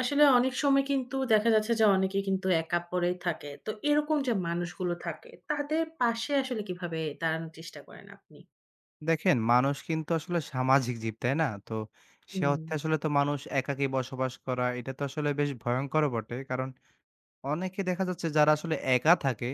আসলে অনেক সময় কিন্তু দেখা যাচ্ছে যে অনেকে কিন্তু একা পড়েই থাকে। তো এরকম যে মানুষগুলো থাকে, তাদের পাশে আসলে কিভাবে দাঁড়ানোর চেষ্টা করেন আপনি? দেখেন, মানুষ কিন্তু আসলে সামাজিক জীব, তাই না? তো সে হুম। অর্থে আসলে তো মানুষ একাকী বসবাস করা, এটা তো আসলে বেশ ভয়ংকরও বটে। কারণ অনেকে দেখা যাচ্ছে যারা আসলে একা থাকে,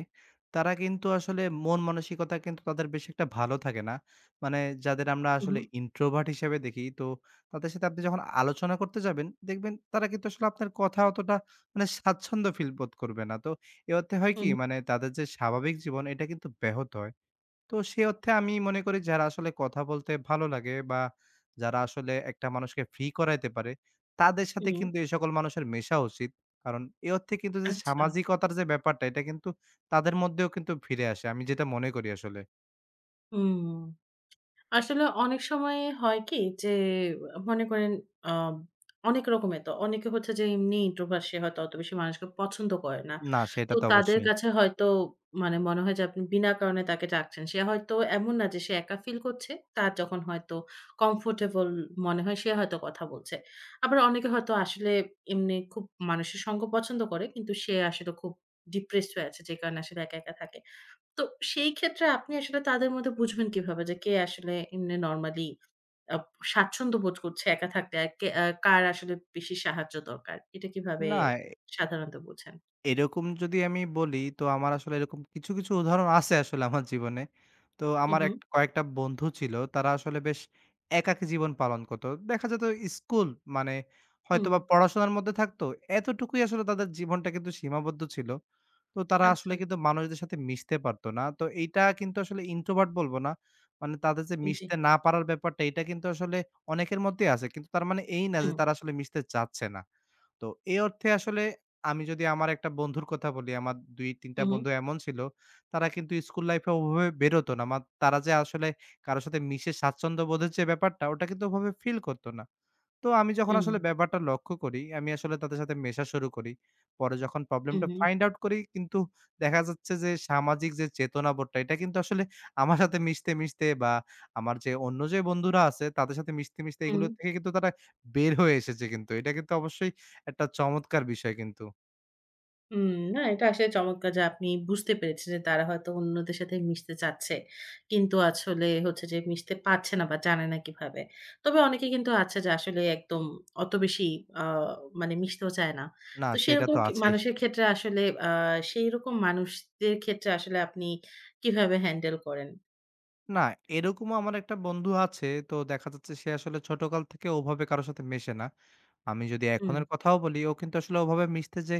তারা কিন্তু আসলে মন মানসিকতা কিন্তু তাদের বেশ একটা ভালো থাকে না। মানে যাদের আমরা হু, হু, আসলে introvert হিসেবে দেখি, তো তাদের সাথে আপনি যখন আলোচনা করতে যাবেন, দেখবেন তারা কিন্তু আসলে আপনার কথা অতটা মানে স্বাচ্ছন্দ্য ফিল বোধ করবে না। তো এ অর্থে হয় হু, কি? মানে তাদের যে স্বাভাবিক জীবন, এটা কিন্তু ব্যাহত হয়। তো সে অর্থে আমি মনে করি যারা আসলে কথা বলতে ভালো লাগে বা যারা আসলে একটা মানুষকে ফ্রি করাইতে পারে, তাদের হু, সাথে হু। কিন্তু এই সকল মানুষের মেশা উচিত। কারণ এ অর্থে কিন্তু যে আচ্ছা। সামাজিকতার যে ব্যাপারটা এটা কিন্তু তাদের মধ্যেও কিন্তু ফিরে আসে। আমি যেটা মনে করি আসলে। হুম। আসলে অনেক সময় হয় কি যে মনে করেন আম অনেক রকমের তো অনেকে হচ্ছে যে এমনি ইন্ট্রোভার্ট সে হয়তো অত বেশি মানুষকে পছন্দ করে না। না তো সেটা তো তাদের অবশ্যই। কাছে হয়তো মানে মনে হয় যে আপনি বিনা কারণে তাকে ডাকছেন। সে হয়তো এমন না যে সে একা ফিল করছে। তার যখন হয়তো কমফোর্টেবল মনে হয় সে হয়তো কথা বলছে। আবার অনেকে হয়তো আসলে এমনি খুব মানুষের সঙ্গ পছন্দ করে কিন্তু সে আসলে খুব ডিপ্রেসড হয়ে আছে যে কারণে আসলে একা, একা থাকে। তো সেই ক্ষেত্রে আপনি আসলে তাদের মধ্যে বুঝবেন কিভাবে যে কে আসলে এমনি নরমালি আ স্বাচ্ছন্দ্য বোধ করছে একা থাকতে আর কে কার আসলে বেশি সাহায্য দরকার? এটা কিভাবে না, সাধারণত বোঝেন? এরকম যদি আমি বলি, তো আমার আসলে এরকম কিছু, কিছু উদাহরণ আছে আসলে আমার জীবনে। তো হু, আমার হু, এক কয়েকটা বন্ধু ছিল, তারা আসলে বেশ একাকী জীবন পালন করত। দেখা যেত স্কুল মানে হুম। হয়তোবা পড়াশোনার মধ্যে থাকতো, এতটুকুই আসলে তাদের জীবনটা কিন্তু সীমাবদ্ধ ছিল। তো তারা আসলে আচ্ছা, কিন্তু মানুষদের সাথে মিশতে পারত না। তো এইটা কিন্তু আসলে ইন্ট্রোভার্ট বলব না। মানে তাদের যে জি। মিশতে না পারার ব্যাপারটা, এটা কিন্তু আসলে অনেকের মধ্যেই আছে। কিন্তু তার মানে এই না হুম, যে তারা আসলে মিশতে চাচ্ছে না। তো এই অর্থে আসলে আমি যদি আমার একটা বন্ধুর কথা বলি, আমার ২-৩ হু, টা হু, বন্ধু এমন ছিল, তারা কিন্তু স্কুল লাইফে ওভাবে বেরোতো না। তারা যে আসলে কারো সাথে মিশে স্বাচ্ছন্দ্য বোধের যে ব্যাপারটা, ওটা কিন্তু ওভাবে ফিল করত না। তো আমি যখন আসলে হু, ব্যাপারটা লক্ষ্য করি, আমি আসলে তাদের সাথে মেশা শুরু করি। পরে যখন হু, প্রবলেমটা হু, ফাইন্ড আউট করি কিন্তু দেখা যাচ্ছে যে সামাজিক যে চেতনাবোধটা এটা কিন্তু আসলে আমার সাথে মিশতে, মিশতে বা আমার যে অন্য যে বন্ধুরা আছে তাদের সাথে মিশতে, মিশতে হু। এগুলো থেকে কিন্তু তারা বের হয়ে এসেছে কিন্তু। এটা কিন্তু অবশ্যই একটা চমৎকার বিষয় কিন্তু। হুম, না এটা আসলে চমৎকার যে আপনি বুঝতে পেরেছেন যে তারা হয়তো অন্যদের সাথে মিশতে চাচ্ছে। কিন্তু আসলে হচ্ছে যে মিশতে পারছে না বা জানে না কিভাবে। তবে অনেকে কিন্তু আছে যে আসলে একদম অত বেশি আ মানে মিশতেও চায় না। না তো সেটা সেরকম তো কি আছেই। মানুষের ক্ষেত্রে আসলে আ সেইরকম মানুষদের ক্ষেত্রে আসলে আপনি কিভাবে হ্যান্ডেল করেন? না, এরকমও আমার একটা বন্ধু আছে। তো দেখা যাচ্ছে সে আসলে ছোটকাল থেকে ওভাবে কারো সাথে মেশে না। আমি যদি হুম, এখনের কথাও বলি, ও কিন্তু আসলে ওভাবে মিশতে যে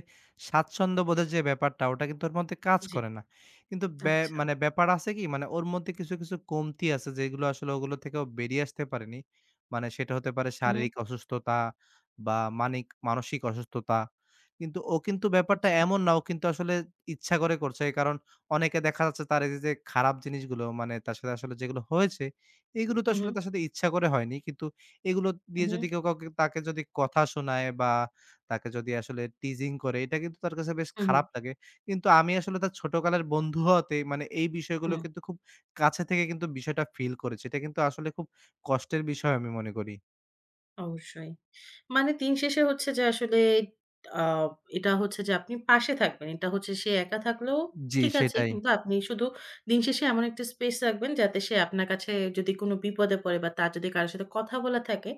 স্বাচ্ছন্দ্য বোধের যে ব্যাপারটা, ওটা কিন্তু ওর মধ্যে কাজ জি। করে না। কিন্তু আচ্ছা। ব্যাপার আছে কি? মানে ওর মধ্যে কিছু, কিছু কমতি আছে যেগুলো আসলে ওগুলো থেকে ও বেরিয়ে আসতে পারেনি। মানে সেটা হতে পারে হু, হু। শারীরিক অসুস্থতা বা মানসিক অসুস্থতা। কিন্তু ও কিন্তু ব্যাপারটা আচ্ছা। এমন না, ও কিন্তু আসলে ইচ্ছা করে করছে। কারণ অনেকে দেখা যাচ্ছে তার এই যে খারাপ জিনিসগুলো মানে তার সাথে আসলে যেগুলো হয়েছে, এগুলো তো হু, হু, আসলে তার সাথে ইচ্ছা করে হয়নি। কিন্তু এগুলো হু, দিয়ে হু, যদি কেউ কাউকে তাকে যদি কথা শোনায় বা তাকে যদি আসলে টিজিং করে, এটা কিন্তু তার কাছে বেশ হু, খারাপ লাগে। কিন্তু আমি আসলে তার ছোটকালের বন্ধু হওয়াতে মানে এই হু। বিষয়গুলো কিন্তু খুব কাছে থেকে কিন্তু বিষয়টা ফিল করেছি। এটা কিন্তু আসলে খুব কষ্টের বিষয় আমি মনে করি। অবশ্যই। মানে দিন শেষে হচ্ছে যে আসলে আ এটা হচ্ছে যে আপনি পাশে থাকবেন। এটা হচ্ছে সে একা থাকলেও জি, ঠিক আছে। সেটাই। কিন্তু আপনি শুধু দিন শেষে এমন একটা স্পেস রাখবেন যাতে সে আপনার কাছে যদি কোনো বিপদে পড়ে বা তার যদি কারো সাথে কথা বলা থাকে,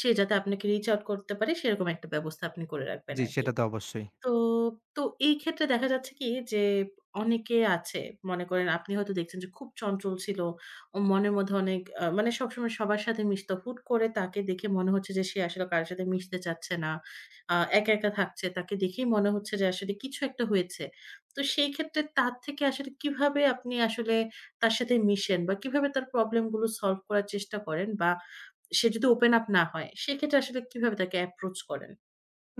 সে যাতে আপনাকে রিচ আউট করতে পারে সেরকম একটা ব্যবস্থা আপনি করে রাখবেন জি, আরকি। সেটা তো অবশ্যই। তো, তো এই ক্ষেত্রে দেখা যাচ্ছে কি যে অনেকে আছে মনে করেন আপনি হয়তো দেখছেন যে খুব চঞ্চল ছিল। ওর মনের মধ্যে অনেক মানে সবসময় সবার সাথে মিশতো। হুট করে তাকে দেখে মনে হচ্ছে যে সে আসলে কারো সাথে মিশতে চাচ্ছে না। একা, একা থাকছে। তাকে দেখেই মনে হচ্ছে যে আসলে কিছু একটা হয়েছে। তো সেই ক্ষেত্রে তার থেকে আসলে কিভাবে আপনি আসলে তার সাথে মিশেন বা কিভাবে তার প্রবলেম গুলো সলভ করার চেষ্টা করেন বা সে যদি ওপেন আপ না হয় সেক্ষেত্রে আসলে কিভাবে তাকে অ্যাপ্রোচ করেন?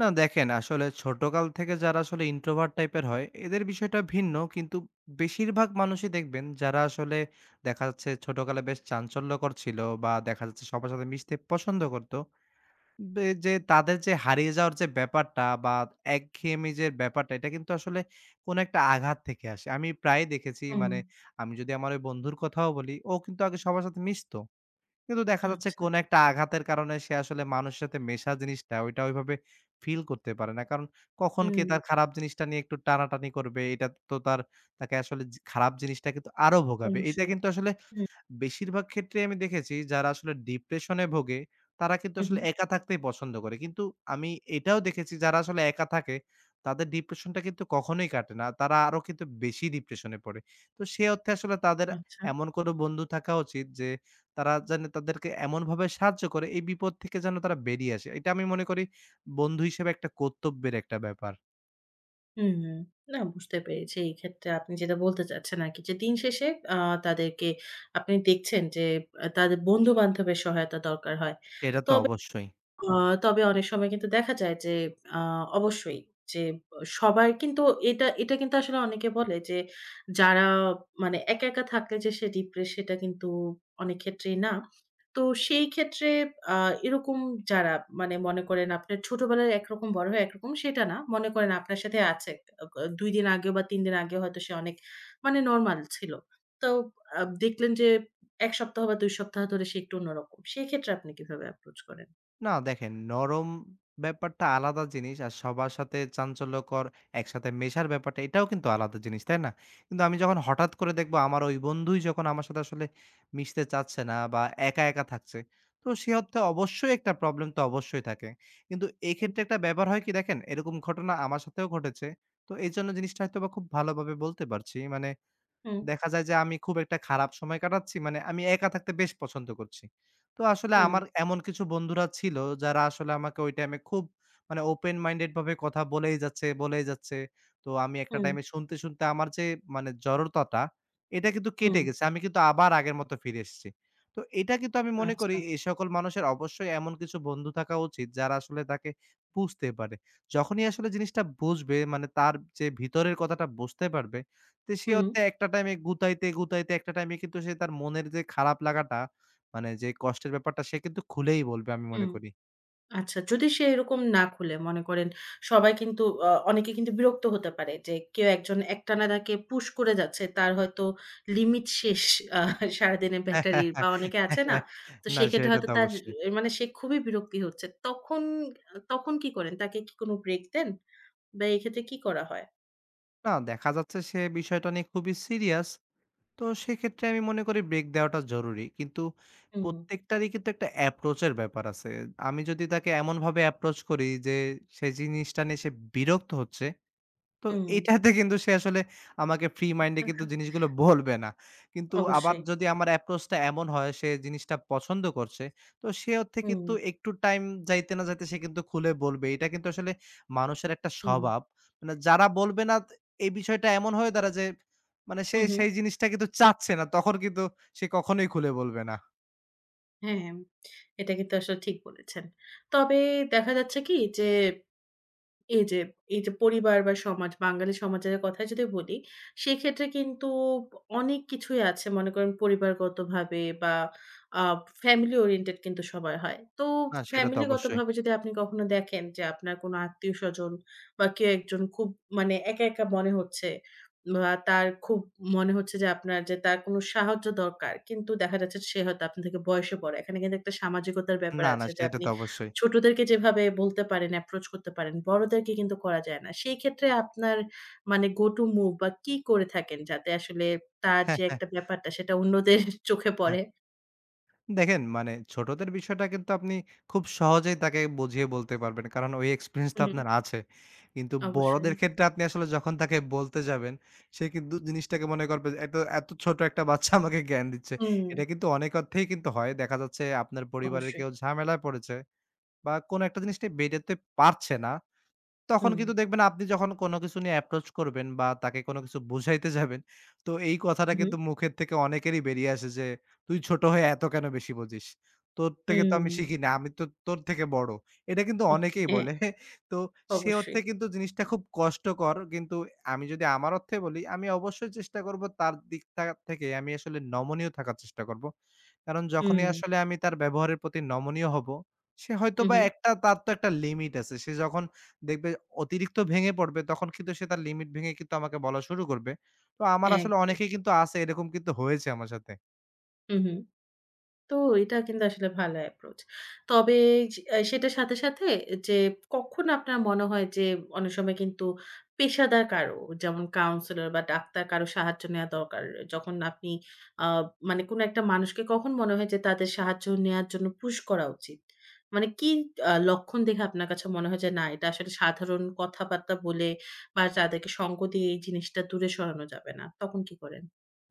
না দেখেন আসলে ছোটকাল থেকে যারা আসলে ইন্ট্রোভার্ট টাইপের হয় এদের বিষয়টা ভিন্ন কিন্তু বেশিরভাগ মানুষই দেখবেন যারা আসলে দেখা যাচ্ছে ছোটকালে বেশ চাঞ্চল্যকর ছিল বা দেখা যাচ্ছে সবার সাথে মিশতে পছন্দ করতো যে তাদের যে হারিয়ে যাওয়ার যে ব্যাপারটা বা একঘেয়েমি যে ব্যাপারটা এটা কিন্তু আসলে কোনো একটা আঘাত থেকে আসে আমি প্রায় দেখেছি হুম। মানে আমি যদি আমার ওই বন্ধুর কথাও বলি ও কিন্তু আগে সবার সাথে মিশতো কিন্তু দেখা যাচ্ছে আচ্ছা। কোনো একটা আঘাতের কারণে সে আসলে মানুষের সাথে মেশা জিনিসটা ওইটা ওইভাবে ফিল করতে পারে না। কারণ কখন কে হুম। তার খারাপ জিনিসটা নিয়ে একটু টানাটানি করবে, এটা তো তার তাকে আসলে খারাপ জিনিসটা কিন্তু আরো ভোগাবে। এটা অবশ্যই। কিন্তু আসলে হুম, বেশিরভাগ ক্ষেত্রেই আমি দেখেছি যারা আসলে ডিপ্রেশনে ভোগে, তারা কিন্তু হুম, আসলে হুম। একা থাকতেই পছন্দ করে। কিন্তু আমি এটাও দেখেছি যারা আসলে একা থাকে, তাদের ডিপ্রেশনটা কিন্তু কখনোই কাটে না। তারা আরো কিন্তু বেশি ডিপ্রেশনে পড়ে। তো সে অর্থে আসলে তাদের আচ্ছা। এমন কোনো বন্ধু থাকা উচিত যে, তারা যেন তাদেরকে এমনভাবে সাহায্য করে, এই বিপদ থেকে যেন তারা বেরিয়ে আসে। এটা আমি মনে করি বন্ধু হিসেবে একটা কর্তব্যের একটা ব্যাপার। হুম। হুম। না বুঝতে পেরেছি। এই ক্ষেত্রে আপনি যেটা বলতে চাচ্ছেন আরকি যে দিন শেষে আ তাদেরকে আপনি দেখছেন যে তাদের বন্ধু-বান্ধবের সহায়তা দরকার হয়। সেটা তো তবে অবশ্যই। আ তবে অনেক সময় কিন্তু দেখা যায় যে আ অবশ্যই যে সবার কিন্তু এটা এটা কিন্তু আসলে অনেকে বলে যে যারা মানে একা, একা থাকলে যে সে ডিপ্রেস সেটা কিন্তু অনেক ক্ষেত্রেই না। তো সেই ক্ষেত্রে আ এরকম যারা মানে মনে করেন আপনার ছোটবেলায় একরকম বড় হয়ে একরকম সেটা না। মনে করেন আপনার সাথে আছে। আ ক ২ দিন আগেও বা ৩ দিন আগেও হয়তো সে অনেক মানে নরমাল ছিল। তো দেখলেন যে ১ সপ্তাহ বা ২ সপ্তাহ ধরে সে একটু অন্যরকম। সেক্ষেত্রে আপনি কিভাবে অ্যাপ্রোচ করেন? না দেখেন, ব্যাপারটা আলাদা জিনিস আর সবার সাথে চাঞ্চল্যকর একসাথে মেশার ব্যাপারটা এটাও কিন্তু আলাদা জিনিস, তাই না? কিন্তু আমি যখন হঠাৎ করে দেখবো আমার ওই বন্ধুই যখন আমার সাথে আসলে মিশতে চাচ্ছে না বা একা, একা থাকছে, তো সে অর্থে অবশ্যই একটা প্রবলেম তো অবশ্যই থাকে। কিন্তু এক্ষেত্রে একটা ব্যাপার হয় কি দেখেন, এরকম ঘটনা আমার সাথেও ঘটেছে। তো এজন্য জিনিসটা হয়তোবা খুব ভালোভাবে বলতে পারছি। মানে হুম, দেখা যায় যে আমি খুব একটা খারাপ সময় কাটাচ্ছি। মানে আমি একা থাকতে বেশ পছন্দ করছি। তো আসলে হুম, আমার এমন কিছু বন্ধুরা ছিল যারা আসলে আমাকে ওই টাইমে খুব মানে ওপেন মাইন্ডেড ভাবে কথা বলেই যাচ্ছে, বলেই যাচ্ছে। তো আমি একটা হুম, টাইমে শুনতে, শুনতে আমার যে মানে জড়তাটা এটা কিন্তু হুম, কেটে গেছে। আমি কিন্তু আবার আগের মতো ফিরে এসেছি। তো এটা কিন্তু আমি মনে করি আচ্ছা। এই সকল মানুষের অবশ্যই এমন কিছু বন্ধু থাকা উচিত যারা আসলে তাকে বুঝতে পারে। যখনই আসলে জিনিসটা বুঝবে মানে তার যে ভিতরের কথাটা বুঝতে পারবে তো সে হুম, হচ্ছে একটা টাইমে গুতাইতে, গুতাইতে একটা টাইমে কিন্তু সে তার মনের যে খারাপ লাগাটা মানে যে কষ্টের ব্যাপারটা সে কিন্তু খুলেই বলবে আমি মনে হুম, করি। আচ্ছা। যদি সে এরকম না খুলে মনে করেন সবাই কিন্তু অনেকে কিন্তু বিরক্ত হতে পারে যে কেউ একজন একটানা তাকে পুশ করে যাচ্ছে। তার হয়তো লিমিট শেষ, আ সারাদিনের হ্যাঁ, হ্যাঁ, ব্যাটারির বা অনেকে হ্যাঁ, আছে না? হ্যাঁ। তো না সেক্ষেত্রে সেটা হয়তো তো তার অবশ্যই। মানে সে খুবই বিরক্তি হচ্ছে। তখন তখন কি করেন? তাকে কি কোনো ব্রেক দেন? বা এক্ষেত্রে কি করা হয়? না দেখা যাচ্ছে সে বিষয়টা নিয়ে খুবই সিরিয়াস। তো সেক্ষেত্রে আমি মনে করি ব্রেক দেওয়াটা জরুরি। কিন্তু হুম, প্রত্যেকটারই কিন্তু একটা অ্যাপ্রোচ এর ব্যাপার আছে। আমি যদি তাকে এমনভাবে অ্যাপ্রোচ করি যে সে জিনিসটা নিয়ে সে বিরক্ত হচ্ছে তো হুম, এইটাতে কিন্তু সে আসলে আমাকে ফ্রি মাইন্ডে কিন্তু জিনিসগুলো বলবে না। কিন্তু আবার অবশ্যই। যদি আমার অ্যাপ্রোচটা এমন হয় সে জিনিসটা পছন্দ করছে, তো সে অর্থে হুম, কিন্তু একটু টাইম যাইতে না যাইতে সে কিন্তু খুলে বলবে। এটা কিন্তু আসলে মানুষের একটা হুম, স্বভাব। মানে যারা বলবে না ত এই বিষয়টা এমন হয়ে দাঁড়ায় যে মানে সে হুম, হুম। সেই জিনিসটা কিন্তু চাচ্ছে না। তখন কিন্তু সে কখনোই খুলে বলবে না। হ্যাঁ, হ্যাঁ। এটা কিন্তু আসলে ঠিক বলেছেন। তবে দেখা যাচ্ছে কি যে এই যে, এই যে পরিবার বা সমাজ, বাঙালি সমাজের কথাই যদি বলি, সেক্ষেত্রে কিন্তু অনেক কিছুই আছে। মনে করেন পরিবারগতভাবে বা আ ফ্যামিলি ওরিয়েন্টেড কিন্তু সবাই হয়। তো না সেটা তো অবশ্যই। ফ্যামিলিগতভাবে যদি আপনি কখনো দেখেন যে আপনার কোনো আত্মীয়স্বজন বা কেউ একজন খুব মানে একা, একা মনে হচ্ছে বা তার খুব মনে হচ্ছে যে আপনার যে তার কোনো সাহায্য দরকার। কিন্তু দেখা যাচ্ছে সে হয়তো আপনার থেকে বয়সে বড়। এখানে কিন্তু একটা সামাজিকতার ব্যাপার না, না আছে যে সেটা আপনি তো অবশ্যই। ছোটদেরকে যেভাবে বলতে পারেন, অ্যাপ্রোচ করতে পারেন, বড়দেরকে কিন্তু করা যায় না। সেই ক্ষেত্রে আপনার মানে go to move বা কি করে থাকেন যাতে আসলে তার যে একটা ব্যাপারটা সেটা অন্যদের চোখে পড়ে? দেখেন মানে ছোটদের বিষয়টা কিন্তু আপনি খুব সহজেই তাকে বুঝিয়ে বলতে পারবেন। কারণ ওই এক্সপেরিয়েন্সটা হুম, হুম, আপনার আছে। কিন্তু অবশ্যই। বড়দের ক্ষেত্রে আপনি আসলে যখন তাকে বলতে যাবেন, সে কিন্তু জিনিসটাকে মনে করবে যে, "এত, এত ছোট একটা বাচ্চা আমাকে জ্ঞান দিচ্ছে।" হুম, এটা কিন্তু অনেক অর্থেই কিন্তু হয়। দেখা যাচ্ছে আপনার পরিবারের অবশ্যই। কেউ ঝামেলায় পড়েছে বা কোনো একটা জিনিস নিয়ে বেরোতে পারছে না। তখন হুম, কিন্তু দেখবেন আপনি যখন কোনো কিছু নিয়ে অ্যাপ্রোচ করবেন বা তাকে কোনো কিছু বুঝাইতে যাবেন, তো এই কথাটা হুম, কিন্তু মুখের থেকে অনেকেরই বেরিয়ে আসে যে, "তুই ছোট হয়ে এত কেন বেশি বোঝিস? তোর থেকে তো হুম, আমি শিখি না। আমি তো তোর থেকে বড়।" এটা কিন্তু হুম, অনেকেই হ্যাঁ, বলে। তো সে অর্থে অবশ্যই। কিন্তু জিনিসটা খুব কষ্টকর। কিন্তু আমি যদি আমার অর্থে বলি, আমি অবশ্যই চেষ্টা করব তার দিক থেকে আমি আসলে নমনীয় থাকার চেষ্টা করব। কারণ হুম, যখনই আসলে আমি তার ব্যবহারের প্রতি নমনীয় হব, সে হুম, হয়তোবা হুম, একটা তার তো একটা লিমিট আছে। সে যখন দেখবে অতিরিক্ত ভেঙে পড়বে, তখন কিন্তু সে তার লিমিট ভেঙে কিন্তু আমাকে বলা শুরু করবে। তো আমার আসলে একদম। অনেকেই কিন্তু আছে, এরকম কিন্তু হয়েছে আমার সাথে। হুম, হুম। তো এটা কিন্তু আসলে ভালো অ্যাপ্রোচ। তবে স অ্যা সেটার সাথে যে কখন আপনার মনে হয় যে অনেক সময় কিন্তু পেশাদার কারো যেমন কাউন্সেলর বা ডাক্তার কারো সাহায্য নেওয়া দরকার। যখন আপনি আ মানে কোন একটা মানুষকে কখন মনে হয় যে তাদের সাহায্য নেয়ার জন্য পুশ করা উচিত? মানে কি লক্ষণ দেখে আপনার কাছে মনে হয় যে না এটা আসলে সাধারণ কথাবার্তা বলে বা তাদেরকে সঙ্গ দিয়ে এই জিনিসটা দূরে সরানো যাবে না। তখন কি করেন?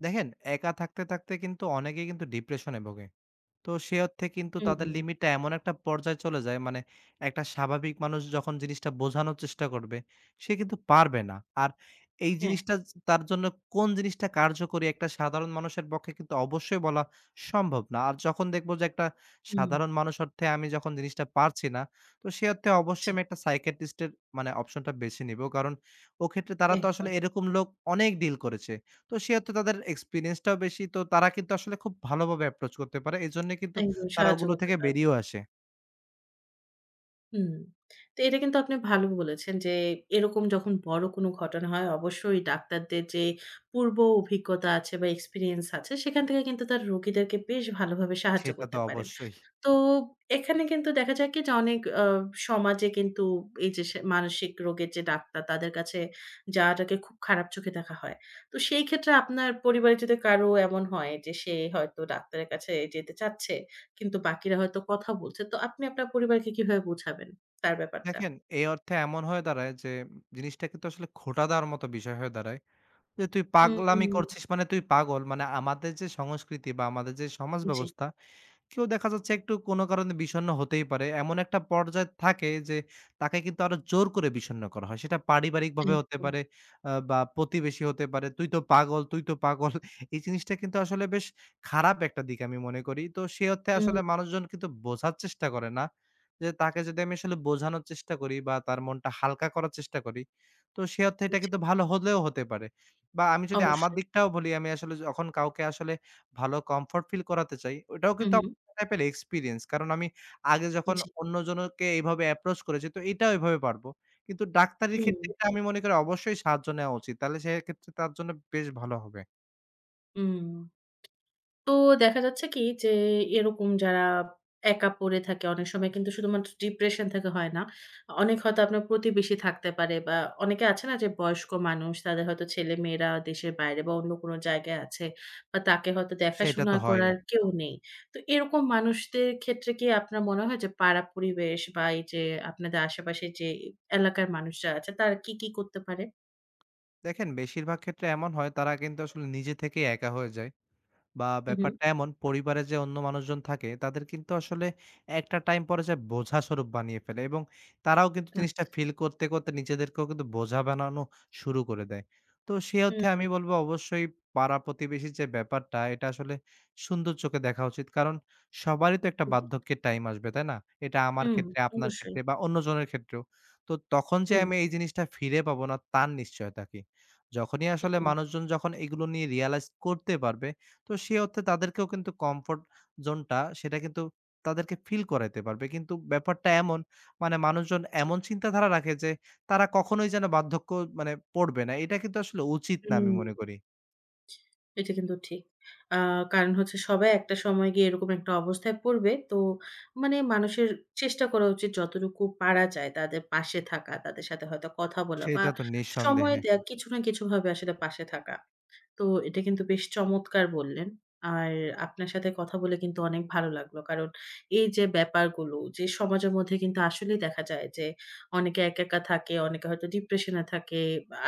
দেখেন, একা থাকতে, থাকতে কিন্তু অনেকেই কিন্তু ডিপ্রেশনে ভোগে। তো সে অর্থে কিন্তু হুম, তাদের হুম। লিমিটটা এমন একটা পর্যায়ে চলে যায় মানে একটা স্বাভাবিক মানুষ যখন জিনিসটা বোঝানোর চেষ্টা করবে সে কিন্তু পারবে না। আর এই হ্যাঁ, জিনিসটা তার জন্য কোন জিনিসটা কার্যকরী একটা সাধারণ মানুষের পক্ষে কিন্তু অবশ্যই বলা সম্ভব না। আর যখন দেখবো যে একটা হুম। সাধারণ মানুষ অর্থে আমি যখন জিনিসটা পারছি না, তো সে অর্থে অবশ্যই জি, আমি একটা সাইকিয়াট্রিস্ট এর মানে অপশনটা বেছে নিবো। কারণ ওক্ষেত্রে তারা তো একদম। আসলে এরকম লোক অনেক ডিল করেছে। তো সেহেতু তাদের এক্সপেরিয়েন্সটাও বেশি। তো তারা কিন্তু আসলে খুব ভালোভাবে অ্যাপ্রোচ করতে পারে। এজন্য কিন্তু একদম তারা সাহায্য ওগুলো করতে থেকে পারবে। বেরিয়েও আসে। হুম। তো এটা কিন্তু আপনি ভালো বলেছেন যে এরকম যখন বড় কোনো ঘটনা হয় অবশ্যই ডাক্তারদের যে পূর্ব অভিজ্ঞতা আছে বা এক্সপেরিয়েন্স আছে সেখান থেকে কিন্তু তার রোগীদেরকে বেশ ভালোভাবে সাহায্য সেটা করতে তো পারে। অবশ্যই। তো এখানে কিন্তু দেখা যায় কি যে অনেক সমাজে কিন্তু এই যে সে মানসিক রোগের যে ডাক্তার তাদের কাছে যাওয়াটাকে খুব খারাপ চোখে দেখা হয়। তো সেই ক্ষেত্রে আপনার পরিবারে যদি কারো এমন হয় যে সে হয়তো ডাক্তারের কাছে যেতে চাচ্ছে, কিন্তু বাকিরা হয়তো কথা বলছে। তো আপনি আপনার পরিবারকে কিভাবে বোঝাবেন তার ব্যাপারটা? দেখেন, এই অর্থে এমন হয়ে দাঁড়ায় যে জিনিসটা কিন্তু আসলে খোঁটা দেওয়ার মতো বিষয় হয়ে দাঁড়ায়। যে তুই পাগলামি হুম, করছিস মানে তুই পাগল। মানে আমাদের যে সংস্কৃতি বা আমাদের যে সমাজ জি, ব্যবস্থা কেউ দেখা যাচ্ছে একটু কোনো কারণে বিষণ্ণ হতেই পারে। এমন একটা পর্যায় থাকে যে তাকে কিন্তু আরো জোর করে বিষণ্ণ করা হয়। সেটা পারিবারিকভাবে হতে একদম। পারে বা প্রতিবেশী হতে পারে। "তুই তো পাগল, তুই তো পাগল।" এই জিনিসটা কিন্তু আসলে বেশ খারাপ একটা দিক আমি মনে করি। তো সে অর্থে হুম, আসলে মানুষজন কিন্তু বোঝার চেষ্টা করে না। যে তাকে যদি আমি আসলে বোঝানোর চেষ্টা করি বা তার মনটা হালকা করার চেষ্টা করি, তো সে অর্থে এটা জি, কিন্তু ভালো হলেও হতে পারে। বা আমি যদি আমার অবশ্যই। দিকটাও বলি, আমি আসলে যখন কাউকে আসলে ভালো কমফোর্ট ফিল করাতে চাই, ওটাও হু, কিন্তু হু। টাইপের এক্সপেরিয়েন্স। কারণ আমি আগে যখন জি, অন্যজনকে এইভাবে অ্যাপ্রোচ করেছি, তো এটাও এভাবে পারবো। কিন্তু ডাক্তারির হুম, ক্ষেত্রে এটা আমি মনে করি অবশ্যই সাহায্য নেওয়া উচিত। তাহলে সেক্ষেত্রে তার জন্য বেশ ভালো হবে। হুম। তো দেখা যাচ্ছে কি যে এরকম যারা একা পড়ে থাকে অনেক সময় কিন্তু শুধুমাত্র ডিপ্রেশন থেকে হয় না। অনেক হয়তো আপনার প্রতিবেশী থাকতে পারে বা অনেকে আছে না যে বয়স্ক মানুষ তাদের হয়তো ছেলেমেয়েরা দেশের বাইরে বা অন্য কোনো জায়গায় আছে বা তাকে হয়তো সেটা দেখাশোনা তো হয়ই। করার কেউ নেই। তো এরকম মানুষদের ক্ষেত্রে কি আপনার মনে হয় যে পাড়া পরিবেশ বা এই যে আপনাদের আশেপাশে যে এলাকার মানুষরা আছে তারা কি, কি করতে পারে? দেখেন বেশিরভাগ ক্ষেত্রে এমন হয় তারা কিন্তু আসলে নিজে থেকেই একা হয়ে যায়। বা হু, হু। ব্যাপারটা এমন পরিবারে যে অন্য মানুষজন থাকে তাদের কিন্তু আসলে একটা টাইম পরে যে বোঝা স্বরূপ বানিয়ে ফেলে এবং তারাও কিন্তু জিনিসটা আচ্ছা। ফিল করতে, করতে নিজেদেরকেও কিন্তু বোঝা বানানো শুরু করে দেয়। তো সে হুম, অর্থে হুম আমি বলবো অবশ্যই পাড়া প্রতিবেশীর যে ব্যাপারটা এটা আসলে সুন্দর চোখে দেখা উচিত। কারণ সবারই তো একটা জি। বার্ধক্যের টাইম আসবে, তাই না? এটা আমার হুম, ক্ষেত্রে, আপনার অবশ্যই। ক্ষেত্রে বা অন্যজনের ক্ষেত্রেও। তো তখন যে হুম, আমি এই জিনিসটা ফিরে পাবো না তার নিশ্চয়তা কি? যখনই আসলে হুম, মানুষজন যখন এগুলো নিয়ে রিয়ালাইজ করতে পারবে তো সে অর্থে তাদেরকেও কিন্তু কমফোর্ট জোনটা সেটা কিন্তু তাদেরকে ফিল করাইতে পারবে। কিন্তু ব্যাপারটা এমন মানে মানুষজন জি। এমন চিন্তাধারা রাখে যে তারা কখনোই যেন বার্ধক্য মানে পড়বে না। এটা কিন্তু আসলে উচিত না আমি হুম। মনে করি। এটা কিন্তু ঠিক। আ কারণ হচ্ছে সবাই একটা সময় গিয়ে এরকম একটা অবস্থায় পড়বে। তো মানে মানুষের চেষ্টা করা উচিত যতটুকু পারা যায় তাদের পাশে থাকা, তাদের সাথে হয়তো কথা বলা বা সেটা তো সময় নিঃসন্দেহে। দেয়া কিছু না কিছুভাবে আসলে পাশে থাকা। তো এটা কিন্তু বেশ চমৎকার বললেন। আর আপনার সাথে কথা বলে কিন্তু অনেক ভালো লাগলো। কারণ এই যে ব্যাপারগুলো যে সমাজের মধ্যে কিন্তু আসলেই দেখা যায় যে অনেকে একা, একা থাকে, অনেকে হয়তো ডিপ্রেশন এ থাকে।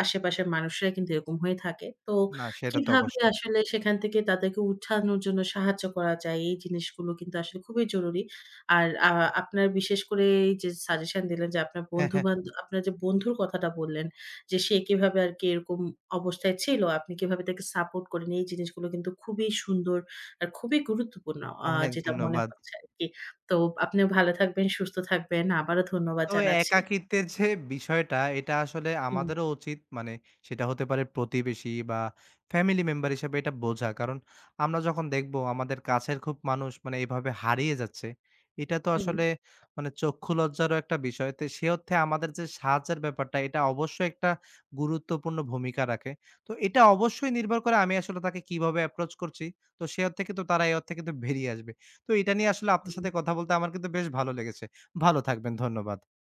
আশেপাশের মানুষরাই কিন্তু এরকম হয়ে থাকে। তো না সেটা তো কিভাবে অবশ্যই। আসলে সেখান থেকে তাদেরকে উঠানোর জন্য সাহায্য করা যায় এই জিনিসগুলো কিন্তু আসলে খুবই জরুরি। আর আপনার বিশেষ করে এই যে সাজেশন দিলেন যে আপনার হ্যাঁ, হ্যাঁ। বন্ধু-বান্ধব আপনার যে বন্ধুর কথাটা বললেন যে সে কিভাবে আরকি এরকম অবস্থায় ছিল, আপনি কিভাবে তাকে সাপোর্ট করেন। এই জিনিসগুলো কিন্তু খুবই সুন্দর আর খুবই গুরুত্বপূর্ণ আ অনেক যেটা মনে ধন্যবাদ। হচ্ছে আরকি। তো আপনিও ভালো থাকবেন, সুস্থ থাকবেন। আবারও ধন্যবাদ তো জানাচ্ছি। একাকিত্বের যে বিষয়টা এটা আসলে হুম, আমাদেরও উচিত মানে সেটা হতে পারে প্রতিবেশী বা ফ্যামিলি মেম্বার হিসেবে এটা বোঝা। কারণ আমরা যখন দেখব আমাদের কাছের খুব মানুষ মানে এভাবে হারিয়ে যাচ্ছে, এটা তো হুম, আসলে মানে চক্ষু লজ্জারও একটা বিষয়। তো সে অর্থে আমাদের যে সাহায্যের ব্যাপারটা এটা অবশ্যই একটা গুরুত্বপূর্ণ ভূমিকা রাখে। তো এটা অবশ্যই নির্ভর করে আমি আসলে তাকে কিভাবে অ্যাপ্রোচ করছি। তো সে অর্থে কিন্তু তারা এ অর্থে কিন্তু বেরিয়ে আসবে। তো এটা নিয়ে আসলে আপনার সাথে হুম। কথা বলতে আমার কিন্তু বেশ ভালো লেগেছে। ভালো থাকবেন। ধন্যবাদ।